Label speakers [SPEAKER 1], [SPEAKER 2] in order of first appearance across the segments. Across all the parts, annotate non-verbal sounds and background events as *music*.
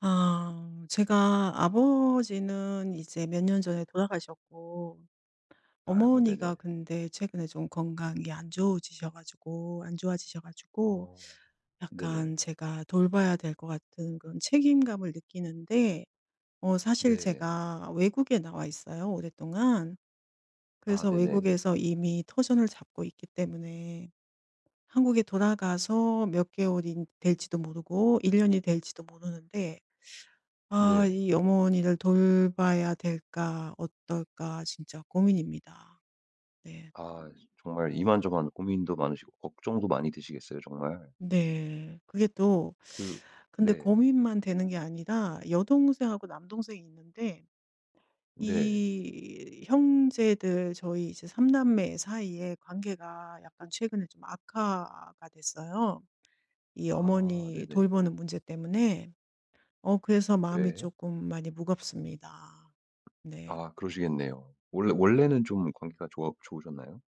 [SPEAKER 1] 아 제가 아버지는 이제 몇 년 전에 돌아가셨고,
[SPEAKER 2] 아이고, 네네.
[SPEAKER 1] 어머니가 근데 최근에 좀 건강이 안 좋아지셔 가지고
[SPEAKER 2] 어, 네네.
[SPEAKER 1] 약간 제가 돌봐야 될 것 같은 그런 책임감을 느끼는데, 사실
[SPEAKER 2] 네.
[SPEAKER 1] 제가 외국에 나와 있어요, 오랫동안.
[SPEAKER 2] 아,
[SPEAKER 1] 그래서
[SPEAKER 2] 네네.
[SPEAKER 1] 외국에서 이미 터전을 잡고 있기 때문에 한국에 돌아가서 몇 개월이 될지도 모르고 1 년이 될지도 모르는데, '아
[SPEAKER 2] 네.
[SPEAKER 1] 이 어머니를 돌봐야 될까 어떨까.' 진짜 고민입니다. 네.
[SPEAKER 2] 아, 정말 이만저만 고민도 많으시고 걱정도 많이 되시겠어요, 정말.
[SPEAKER 1] 네. 그게 또,
[SPEAKER 2] 그.
[SPEAKER 1] 근데
[SPEAKER 2] 네.
[SPEAKER 1] 고민만 되는 게 아니라 여동생하고 남동생이 있는데,
[SPEAKER 2] 네.
[SPEAKER 1] 이 형제들 저희 이제 삼 남매 사이에 관계가 약간 최근에 좀 악화가 됐어요. 이
[SPEAKER 2] 아,
[SPEAKER 1] 어머니
[SPEAKER 2] 네네.
[SPEAKER 1] 돌보는 문제 때문에. 그래서 마음이
[SPEAKER 2] 네.
[SPEAKER 1] 조금 많이 무겁습니다. 네.
[SPEAKER 2] 아, 그러시겠네요. 원래는 좀 관계가 좋아 좋으셨나요?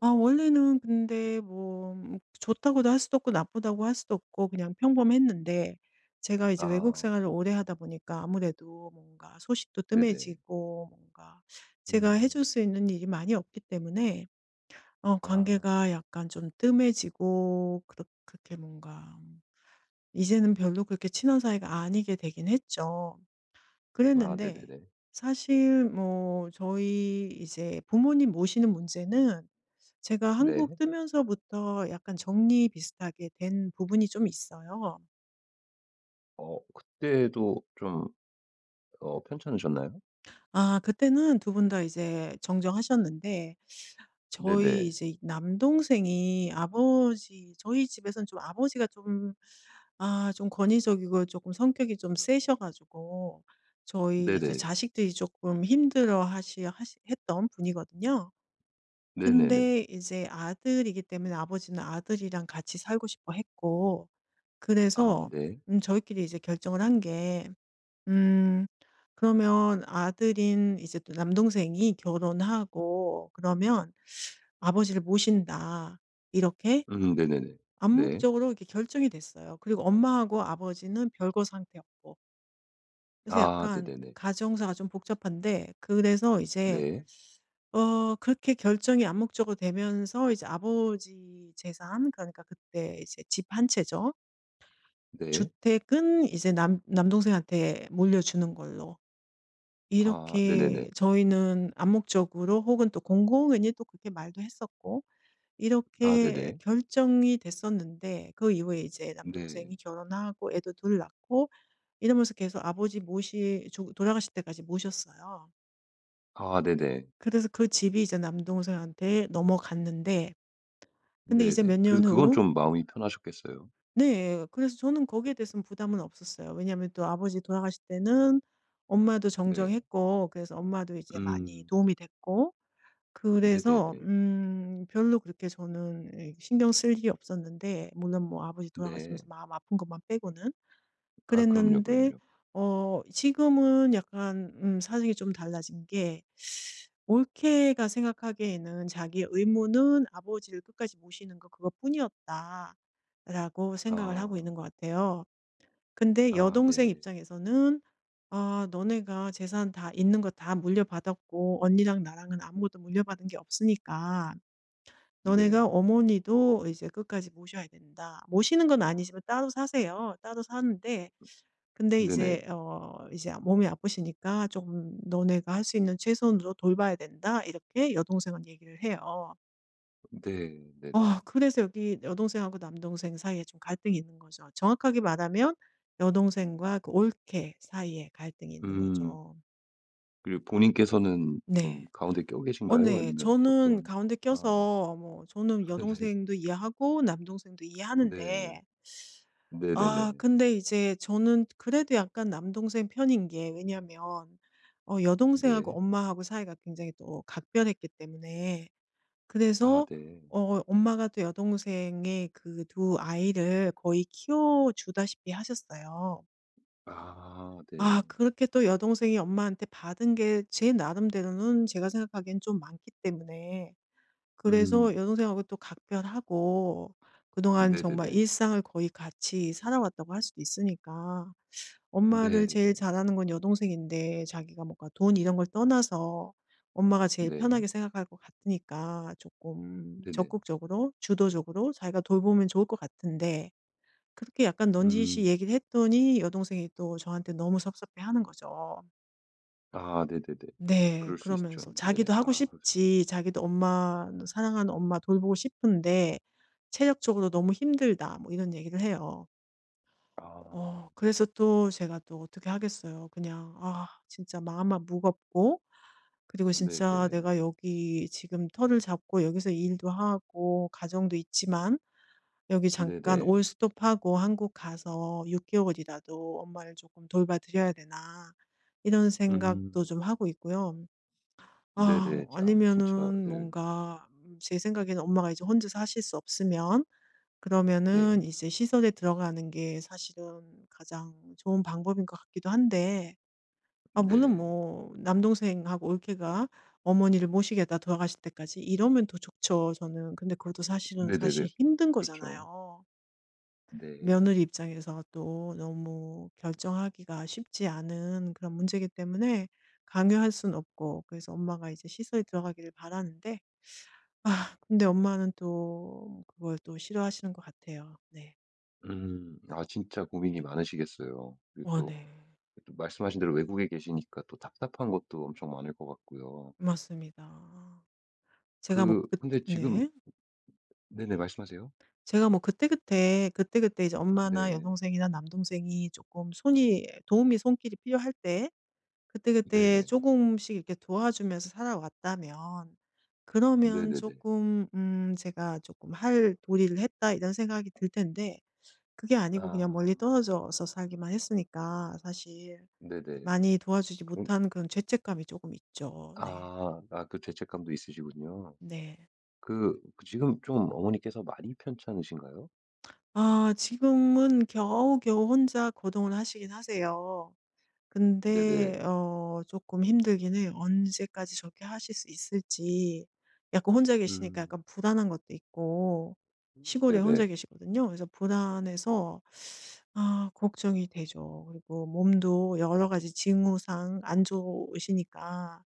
[SPEAKER 1] 아 원래는 근데 뭐 좋다고도 할 수도 없고 나쁘다고 할 수도 없고 그냥 평범했는데, 제가 이제 외국
[SPEAKER 2] 아,
[SPEAKER 1] 생활을 오래 하다 보니까 아무래도 뭔가 소식도
[SPEAKER 2] 네네.
[SPEAKER 1] 뜸해지고 뭔가 제가 해줄
[SPEAKER 2] 음.
[SPEAKER 1] 수 있는 일이 많이 없기 때문에
[SPEAKER 2] 아.
[SPEAKER 1] 관계가 약간 좀 뜸해지고 그렇게 뭔가 이제는 별로 그렇게 친한 사이가 아니게 되긴 했죠.
[SPEAKER 2] 아,
[SPEAKER 1] 그랬는데
[SPEAKER 2] 네네네.
[SPEAKER 1] 사실 뭐 저희 이제 부모님 모시는 문제는 제가 한국
[SPEAKER 2] 네.
[SPEAKER 1] 뜨면서부터 약간 정리 비슷하게 된 부분이 좀 있어요.
[SPEAKER 2] 어, 그때도 좀 편찮으셨나요?
[SPEAKER 1] 아 그때는 두 분 다 이제 정정하셨는데, 저희
[SPEAKER 2] 네네.
[SPEAKER 1] 이제 남동생이 아버지, 저희 집에서는 좀 아버지가 좀, 아 좀 권위적이고 조금 성격이 좀 세셔 가지고 저희 이제
[SPEAKER 2] 네네.
[SPEAKER 1] 자식들이 조금 힘들어 했던 분이거든요.
[SPEAKER 2] 네네네.
[SPEAKER 1] 근데 이제 아들이기 때문에 아버지는 아들이랑 같이 살고 싶어 했고,
[SPEAKER 2] 아,
[SPEAKER 1] 그래서
[SPEAKER 2] 네.
[SPEAKER 1] 저희끼리 이제 결정을 한 게, 음 그러면 아들인 이제 또 남동생이 결혼하고 그러면 아버지를 모신다, 이렇게
[SPEAKER 2] 음, 네네네. 네.
[SPEAKER 1] 암묵적으로 이렇게 결정이 됐어요. 그리고 엄마하고 아버지는 별거 상태였고. 그래서
[SPEAKER 2] 아,
[SPEAKER 1] 약간
[SPEAKER 2] 네네네.
[SPEAKER 1] 가정사가 좀 복잡한데, 그래서 이제
[SPEAKER 2] 네.
[SPEAKER 1] 그렇게 결정이 암묵적으로 되면서 이제 아버지 재산, 그러니까 그때 이제 집 한 채죠.
[SPEAKER 2] 네.
[SPEAKER 1] 주택은 이제 남 남동생한테 물려주는 걸로,
[SPEAKER 2] 아, 네네네.
[SPEAKER 1] 이렇게 저희는 암묵적으로 혹은 또 공공연히 또 그렇게 말도 했었고
[SPEAKER 2] 아,
[SPEAKER 1] 이렇게
[SPEAKER 2] 네네.
[SPEAKER 1] 결정이 됐었는데, 그 이후에 이제
[SPEAKER 2] 네.
[SPEAKER 1] 남동생이 결혼하고 애도 둘 낳고 이러면서 계속 아버지 모시 조 돌아가실 때까지 모셨어요.
[SPEAKER 2] 아, 네네.
[SPEAKER 1] 그래서 그 집이 이제 남동생한테 넘어갔는데, 근데 이제
[SPEAKER 2] 네네.
[SPEAKER 1] 몇
[SPEAKER 2] 그래도
[SPEAKER 1] 년
[SPEAKER 2] 그건
[SPEAKER 1] 후
[SPEAKER 2] 좀 마음이 편하셨겠어요.
[SPEAKER 1] 네. 그래서 저는 거기에 대해서는 부담은 없었어요. 왜냐하면 또 아버지 돌아가실 때는 엄마도
[SPEAKER 2] 네.
[SPEAKER 1] 정정했고 그래서 엄마도 이제 많이
[SPEAKER 2] 음.
[SPEAKER 1] 도움이 됐고, 그래서
[SPEAKER 2] 네네네.
[SPEAKER 1] 별로 그렇게 저는 신경 쓸 일이 없었는데, 물론 뭐 아버지
[SPEAKER 2] 네.
[SPEAKER 1] 돌아가시면서 마음 아픈 것만 빼고는.
[SPEAKER 2] 아, 그럼요,
[SPEAKER 1] 그랬는데
[SPEAKER 2] 그럼요.
[SPEAKER 1] 지금은 약간 사정이 좀 달라진 게, 올케가 생각하기에는 자기의 의무는 아버지를 끝까지 모시는 것, 그것뿐이었다라고 생각을 하고
[SPEAKER 2] 아.
[SPEAKER 1] 있는 것 같아요. 근데
[SPEAKER 2] 아,
[SPEAKER 1] 여동생
[SPEAKER 2] 네.
[SPEAKER 1] 입장에서는 "아 너네가 재산 다 있는 거 다 물려받았고 언니랑 나랑은 아무것도 물려받은 게 없으니까 너네가
[SPEAKER 2] 네.
[SPEAKER 1] 어머니도 이제 끝까지 모셔야 된다. 모시는 건 아니지만 따로 사세요. 따로 사는데 근데
[SPEAKER 2] 네네.
[SPEAKER 1] 이제 이제 몸이 아프시니까 좀 너네가 할 수 있는 최선으로 돌봐야 된다." 이렇게 여동생은 얘기를 해요.
[SPEAKER 2] 네. 네네.
[SPEAKER 1] 그래서 여기 여동생하고 남동생 사이에 좀 갈등이 있는 거죠. 정확하게 말하면 여동생과 그 올케 사이에 갈등이 있는
[SPEAKER 2] 음.
[SPEAKER 1] 거죠.
[SPEAKER 2] 그리고 본인께서는 좀
[SPEAKER 1] 네.
[SPEAKER 2] 가운데 껴 계신가요?
[SPEAKER 1] 네.
[SPEAKER 2] 아니면
[SPEAKER 1] 저는
[SPEAKER 2] 어떤.
[SPEAKER 1] 가운데
[SPEAKER 2] 아.
[SPEAKER 1] 껴서, 뭐 저는
[SPEAKER 2] *laughs* 네.
[SPEAKER 1] 여동생도 이해하고 남동생도
[SPEAKER 2] 네.
[SPEAKER 1] 이해하는데, 아
[SPEAKER 2] 네네네.
[SPEAKER 1] 근데 이제 저는 그래도 약간 남동생 편인 게, 왜냐하면 여동생하고
[SPEAKER 2] 네.
[SPEAKER 1] 엄마하고 사이가 굉장히 또 각별했기 때문에.
[SPEAKER 2] 아,
[SPEAKER 1] 그래서
[SPEAKER 2] 네.
[SPEAKER 1] 엄마가 또 여동생의 그 두 아이를 거의 키워주다시피 하셨어요.
[SPEAKER 2] 아,
[SPEAKER 1] 아
[SPEAKER 2] 네.
[SPEAKER 1] 그렇게 또 여동생이 엄마한테 받은 게 제 나름대로는, 제가 생각하기엔 좀 많기 때문에, 그래서
[SPEAKER 2] 음.
[SPEAKER 1] 여동생하고 또 각별하고 그동안 정말
[SPEAKER 2] 네네네.
[SPEAKER 1] 일상을 거의 같이 살아왔다고 할 수도 있으니까, 엄마를
[SPEAKER 2] 네네.
[SPEAKER 1] 제일 잘하는 건 여동생인데 자기가 뭔가 돈 이런 걸 떠나서 엄마가 제일
[SPEAKER 2] 네.
[SPEAKER 1] 편하게 생각할 것 같으니까 조금
[SPEAKER 2] 네네.
[SPEAKER 1] 적극적으로 주도적으로 자기가 돌보면 좋을 것 같은데, 그렇게 약간 넌지시
[SPEAKER 2] 음.
[SPEAKER 1] 얘기를 했더니 여동생이 또 저한테 너무 섭섭해하는 거죠.
[SPEAKER 2] 아, 네네네.
[SPEAKER 1] 네.
[SPEAKER 2] 그럴 수 있죠.
[SPEAKER 1] 그러면서
[SPEAKER 2] 네네.
[SPEAKER 1] 자기도 하고
[SPEAKER 2] 아, 그럴 수.
[SPEAKER 1] 싶지, 자기도 엄마 사랑하는 엄마 돌보고 싶은데 "체력적으로 너무 힘들다." 뭐 이런 얘기를 해요.
[SPEAKER 2] 아,
[SPEAKER 1] 그래서 또 제가 또 어떻게 하겠어요. 그냥 아 진짜 마음만 무겁고, 그리고 진짜
[SPEAKER 2] 네네.
[SPEAKER 1] 내가 여기 지금 터를 잡고 여기서 일도 하고 가정도 있지만 여기 잠깐 올
[SPEAKER 2] 네네.
[SPEAKER 1] 스톱하고 한국 가서 6개월이라도 엄마를 조금 돌봐 드려야 되나 이런 생각도
[SPEAKER 2] 음.
[SPEAKER 1] 좀 하고 있고요. 아
[SPEAKER 2] 네네. 아, 진짜.
[SPEAKER 1] 아니면은
[SPEAKER 2] 예.
[SPEAKER 1] 뭔가 제 생각에는 엄마가 이제 혼자 사실 수 없으면
[SPEAKER 2] 네.
[SPEAKER 1] 그러면은 이제 시설에 들어가는 게 사실은 가장 좋은 방법인 것 같기도 한데, 아 물론
[SPEAKER 2] 네.
[SPEAKER 1] 뭐 남동생하고 올케가 어머니를 모시겠다 돌아가실 때까지 이러면 더 좋죠, 저는. 근데 그것도 사실은
[SPEAKER 2] 네네네.
[SPEAKER 1] 사실 힘든
[SPEAKER 2] 그렇죠.
[SPEAKER 1] 거잖아요.
[SPEAKER 2] 네.
[SPEAKER 1] 며느리 입장에서 또 너무 결정하기가 쉽지 않은 그런 문제이기 때문에 강요할 순 없고, 그래서 엄마가 이제 시설에 들어가기를 바라는데, 아 근데 엄마는 또 그걸 또 싫어하시는 것 같아요. 네.
[SPEAKER 2] 음. 아, 진짜 고민이 많으시겠어요. 그리고 또,
[SPEAKER 1] 네.
[SPEAKER 2] 또 말씀하신 대로 외국에 계시니까 또 답답한 것도 엄청 많을 것 같고요.
[SPEAKER 1] 맞습니다. 제가 뭐
[SPEAKER 2] 그,
[SPEAKER 1] 그때.
[SPEAKER 2] 근데 지금.
[SPEAKER 1] 네.
[SPEAKER 2] 네네, 말씀하세요.
[SPEAKER 1] 제가 뭐 그때그때 이제 엄마나
[SPEAKER 2] 네.
[SPEAKER 1] 여동생이나 남동생이 조금 손이 도움이 손길이 필요할 때, 그때그때
[SPEAKER 2] 네.
[SPEAKER 1] 조금씩 이렇게 도와주면서 살아왔다면, 그러면
[SPEAKER 2] 네네네.
[SPEAKER 1] 조금 '제가 조금 할 도리를 했다.' 이런 생각이 들 텐데, 그게 아니고 그냥 멀리
[SPEAKER 2] 아,
[SPEAKER 1] 떨어져서 살기만 했으니까 사실
[SPEAKER 2] 네네.
[SPEAKER 1] 많이 도와주지
[SPEAKER 2] 음.
[SPEAKER 1] 못한 그런 죄책감이 조금 있죠. 네.
[SPEAKER 2] 아, 그 죄책감도 있으시군요.
[SPEAKER 1] 네.
[SPEAKER 2] 그 지금 좀 어머니께서 많이 편찮으신가요?
[SPEAKER 1] 아 지금은 겨우겨우 혼자 거동을 하시긴 하세요. 근데
[SPEAKER 2] 네네.
[SPEAKER 1] 조금 힘들긴 해요. 언제까지 저렇게 하실 수 있을지. 약간 혼자 계시니까
[SPEAKER 2] 음.
[SPEAKER 1] 약간 불안한 것도 있고, 시골에 혼자
[SPEAKER 2] 네네.
[SPEAKER 1] 계시거든요. 그래서 불안해서 아 걱정이 되죠. 그리고 몸도 여러 가지 징후상 안 좋으시니까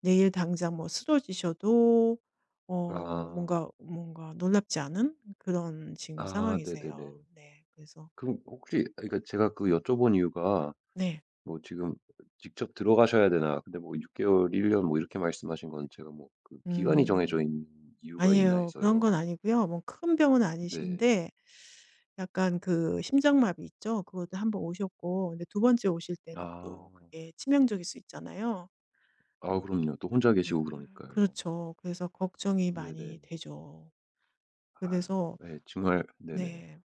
[SPEAKER 1] 내일 당장 뭐 쓰러지셔도
[SPEAKER 2] 아.
[SPEAKER 1] 뭔가 놀랍지 않은 그런 지금
[SPEAKER 2] 아, 네네네.
[SPEAKER 1] 상황이세요. 네. 그래서.
[SPEAKER 2] 그럼 혹시, 아 그러니까 제가 그 여쭤본 이유가,
[SPEAKER 1] 네.
[SPEAKER 2] 뭐 지금 직접 들어가셔야 되나? 근데 뭐 6 개월, 1년 뭐 이렇게 말씀하신 건, 제가 뭐 그 기간이 정해져
[SPEAKER 1] 음.
[SPEAKER 2] 있는 이유가 있나
[SPEAKER 1] 아니에요. 그런 건
[SPEAKER 2] 해서요.
[SPEAKER 1] 아니고요. 뭐 큰 병은
[SPEAKER 2] 네.
[SPEAKER 1] 아니신데 약간 그 심장마비 있죠? 그것도 한번 오셨고, 근데 두 번째 오실 때는
[SPEAKER 2] 아.
[SPEAKER 1] 또 그게 치명적일 수 있잖아요.
[SPEAKER 2] 아, 그럼요. 또 혼자 계시고 그러니까요.
[SPEAKER 1] 그렇죠. 그래서 걱정이
[SPEAKER 2] 네네.
[SPEAKER 1] 많이 되죠.
[SPEAKER 2] 아유.
[SPEAKER 1] 그래서.
[SPEAKER 2] 네, 정말. 네네.
[SPEAKER 1] 네.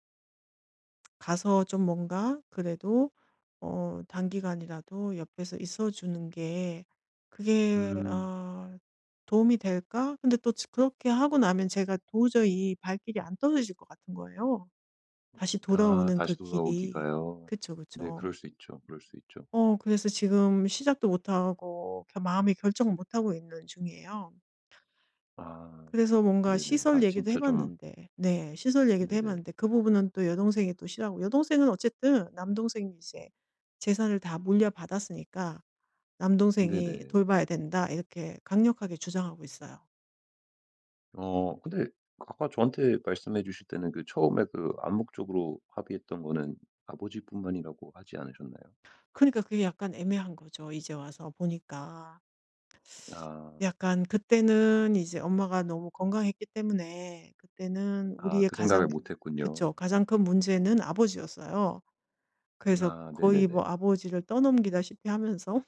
[SPEAKER 1] 가서 좀 뭔가 그래도 단기간이라도 옆에서 있어 주는 게, 그게
[SPEAKER 2] 음.
[SPEAKER 1] 어, '도움이 될까?' 근데 또 그렇게 하고 나면 제가 도저히 발길이 안 떨어질 것 같은 거예요, 다시
[SPEAKER 2] 아,
[SPEAKER 1] 돌아오는 그
[SPEAKER 2] 다시
[SPEAKER 1] 길이.
[SPEAKER 2] 돌아오기가요.
[SPEAKER 1] 그쵸,
[SPEAKER 2] 네, 그럴
[SPEAKER 1] 그쵸.
[SPEAKER 2] 수 있죠. 그럴 수 있죠.
[SPEAKER 1] 그래서 지금 시작도 못 하고 겨 마음의 결정을 못 하고 있는 중이에요.
[SPEAKER 2] 아,
[SPEAKER 1] 그래서 뭔가
[SPEAKER 2] 네네.
[SPEAKER 1] 시설
[SPEAKER 2] 아,
[SPEAKER 1] 얘기도 해
[SPEAKER 2] 진짜 좀.
[SPEAKER 1] 봤는데, 네, 시설 얘기도 해
[SPEAKER 2] 네네.
[SPEAKER 1] 봤는데, 그 부분은 또 여동생이 또 싫어하고, 여동생은 어쨌든 남동생이 이제 재산을 다 물려받았으니까 "남동생이
[SPEAKER 2] 네네.
[SPEAKER 1] 돌봐야 된다." 이렇게 강력하게 주장하고 있어요.
[SPEAKER 2] 어, 근데 아까 저한테 말씀해 주실 때는 그 처음에 그 암묵적으로 합의했던 거는 아버지뿐만이라고 하지 않으셨나요?
[SPEAKER 1] 그러니까 그게 약간 애매한 거죠, 이제 와서 보니까.
[SPEAKER 2] 아.
[SPEAKER 1] 약간 그때는 이제 엄마가 너무 건강했기 때문에 그때는
[SPEAKER 2] 아,
[SPEAKER 1] 우리의
[SPEAKER 2] 그 생각을
[SPEAKER 1] 가장,
[SPEAKER 2] 못
[SPEAKER 1] 그쵸,
[SPEAKER 2] 했군요.
[SPEAKER 1] 가장 큰 문제는 아버지였어요. 그래서
[SPEAKER 2] 아,
[SPEAKER 1] 거의 뭐
[SPEAKER 2] 네네네.
[SPEAKER 1] 아버지를 떠넘기다시피 하면서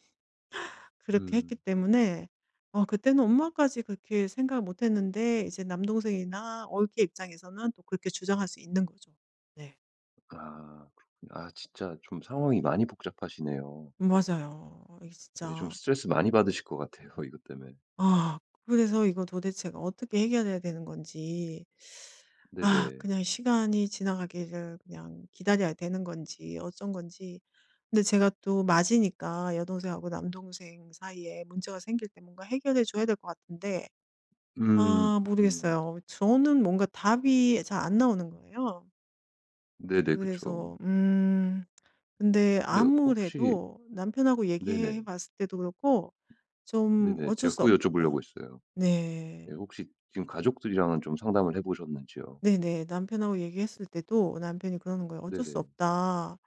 [SPEAKER 1] 그렇게 했기
[SPEAKER 2] 음.
[SPEAKER 1] 때문에 그때는 엄마까지 그렇게 생각을 못 했는데, 이제 남동생이나 얼기 입장에서는 또 그렇게 주장할 수 있는 거죠. 네.
[SPEAKER 2] 아, 그렇군요. 아, 진짜 좀 상황이 많이 복잡하시네요.
[SPEAKER 1] 맞아요. 이게
[SPEAKER 2] 네, 좀
[SPEAKER 1] 진짜,
[SPEAKER 2] 스트레스 많이 받으실 것 같아요, 이것 때문에.
[SPEAKER 1] 아 그래서 이거 도대체가 어떻게 해결해야 되는 건지, 아
[SPEAKER 2] 네네.
[SPEAKER 1] 그냥 시간이 지나가기를 그냥 기다려야 되는 건지 어쩐 건지, 근데 제가 또 맞이니까 여동생하고 남동생 사이에 문제가 생길 때 뭔가 해결해 줘야 될 것 같은데,
[SPEAKER 2] 음.
[SPEAKER 1] 아
[SPEAKER 2] 음.
[SPEAKER 1] 모르겠어요. 저는 뭔가 답이 잘 안 나오는 거예요.
[SPEAKER 2] 네네. 그쵸.
[SPEAKER 1] 그래서 근데
[SPEAKER 2] 근데 혹시.
[SPEAKER 1] 아무래도 남편하고
[SPEAKER 2] 네네.
[SPEAKER 1] 얘기해 봤을 때도 그렇고 좀
[SPEAKER 2] 네네.
[SPEAKER 1] "어쩔
[SPEAKER 2] 제가
[SPEAKER 1] 수
[SPEAKER 2] 그거 여쭤보려고
[SPEAKER 1] 없다."
[SPEAKER 2] 했어요. 예,
[SPEAKER 1] 네.
[SPEAKER 2] 혹시 지금 가족들이랑은 좀 상담을 해 보셨는지요?
[SPEAKER 1] 네네. 남편하고 얘기했을 때도 남편이 그러는 거예요. "어쩔 수
[SPEAKER 2] 네네.
[SPEAKER 1] 없다.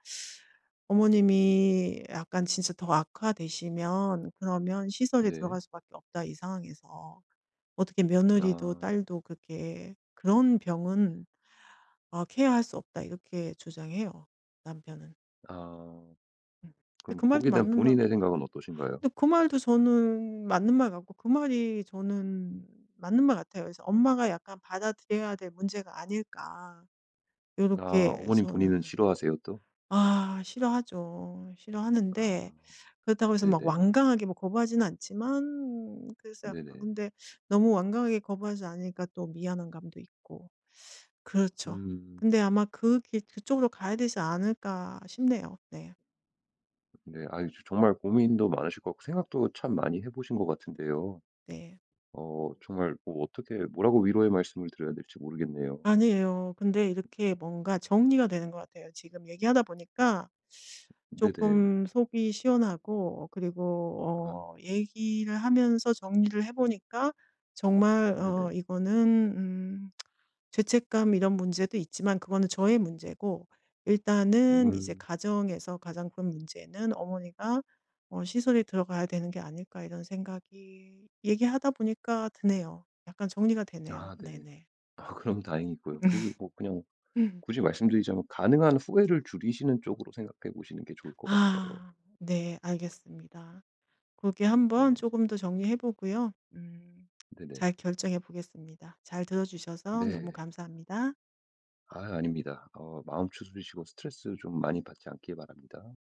[SPEAKER 1] 어머님이 약간 진짜 더 악화되시면 그러면 시설에
[SPEAKER 2] 네.
[SPEAKER 1] 들어갈 수밖에 없다, 이 상황에서. 어떻게 며느리도
[SPEAKER 2] 아.
[SPEAKER 1] 딸도 그렇게 그런 병은" 아 "케어할 수 없다." 이렇게 주장해요, 남편은.
[SPEAKER 2] 아.
[SPEAKER 1] 음. 근데
[SPEAKER 2] 그럼
[SPEAKER 1] 그 말도
[SPEAKER 2] 거기에 대한
[SPEAKER 1] 맞는 말
[SPEAKER 2] 본인의 생각은 어떠신가요?
[SPEAKER 1] 근데 그 말도 저는 맞는 말 같고, 그 말이 저는 맞는 말 같아요. 그래서 '엄마가 약간 받아들여야 될 문제가 아닐까.'
[SPEAKER 2] 아,
[SPEAKER 1] 요렇게
[SPEAKER 2] 어머님 본인은
[SPEAKER 1] 저는.
[SPEAKER 2] 싫어하세요, 또?
[SPEAKER 1] 아 싫어하죠. 싫어하는데
[SPEAKER 2] 아.
[SPEAKER 1] 그렇다고 해서 막
[SPEAKER 2] 네네.
[SPEAKER 1] 완강하게 뭐 거부하지는 않지만, 그래서 약간
[SPEAKER 2] 네네.
[SPEAKER 1] 근데 너무 완강하게 거부하지 않으니까 또 미안한 감도 있고. 그렇죠.
[SPEAKER 2] 음.
[SPEAKER 1] 근데 아마 그 길 그쪽으로 가야 되지 않을까 싶네요. 네.
[SPEAKER 2] 네. 아, 정말 고민도 많으실 것 같고 생각도 참 많이 해 보신 것 같은데요.
[SPEAKER 1] 네.
[SPEAKER 2] 어, 정말 뭐 어떻게 뭐라고 위로의 말씀을 드려야 될지 모르겠네요.
[SPEAKER 1] 아니에요. 근데 이렇게 뭔가 정리가 되는 것 같아요. 지금 얘기하다 보니까
[SPEAKER 2] 네네.
[SPEAKER 1] 조금 속이 시원하고,
[SPEAKER 2] 아,
[SPEAKER 1] 그리고 얘기를 하면서 정리를 해 보니까 정말
[SPEAKER 2] 네네.
[SPEAKER 1] 이거는 죄책감 이런 문제도 있지만 그거는 저의 문제고, 일단은 이제
[SPEAKER 2] 음.
[SPEAKER 1] 가정에서 가장 큰 문제는 '어머니가 시설에 들어가야 되는 게 아닐까.' 이런 생각이 얘기하다 보니까 드네요. 약간 정리가 되네요.
[SPEAKER 2] 아, 네.
[SPEAKER 1] 네네.
[SPEAKER 2] 아, 그럼 다행이고요. 그리고
[SPEAKER 1] *laughs*
[SPEAKER 2] 뭐 그냥 굳이 말씀드리자면 가능한 후회를 줄이시는 쪽으로 생각해 보시는 게 좋을 것 같아요.
[SPEAKER 1] 아 네 알겠습니다. 그렇게 한번
[SPEAKER 2] 네네.
[SPEAKER 1] 조금 더 정리해 보고요.
[SPEAKER 2] 네네.
[SPEAKER 1] 잘 결정해 보겠습니다. 잘 들어 주셔서 너무
[SPEAKER 2] 네.
[SPEAKER 1] 감사합니다.
[SPEAKER 2] 아, 아닙니다. 어, 마음 추스리시고 스트레스 좀 많이 받지 않길 바랍니다.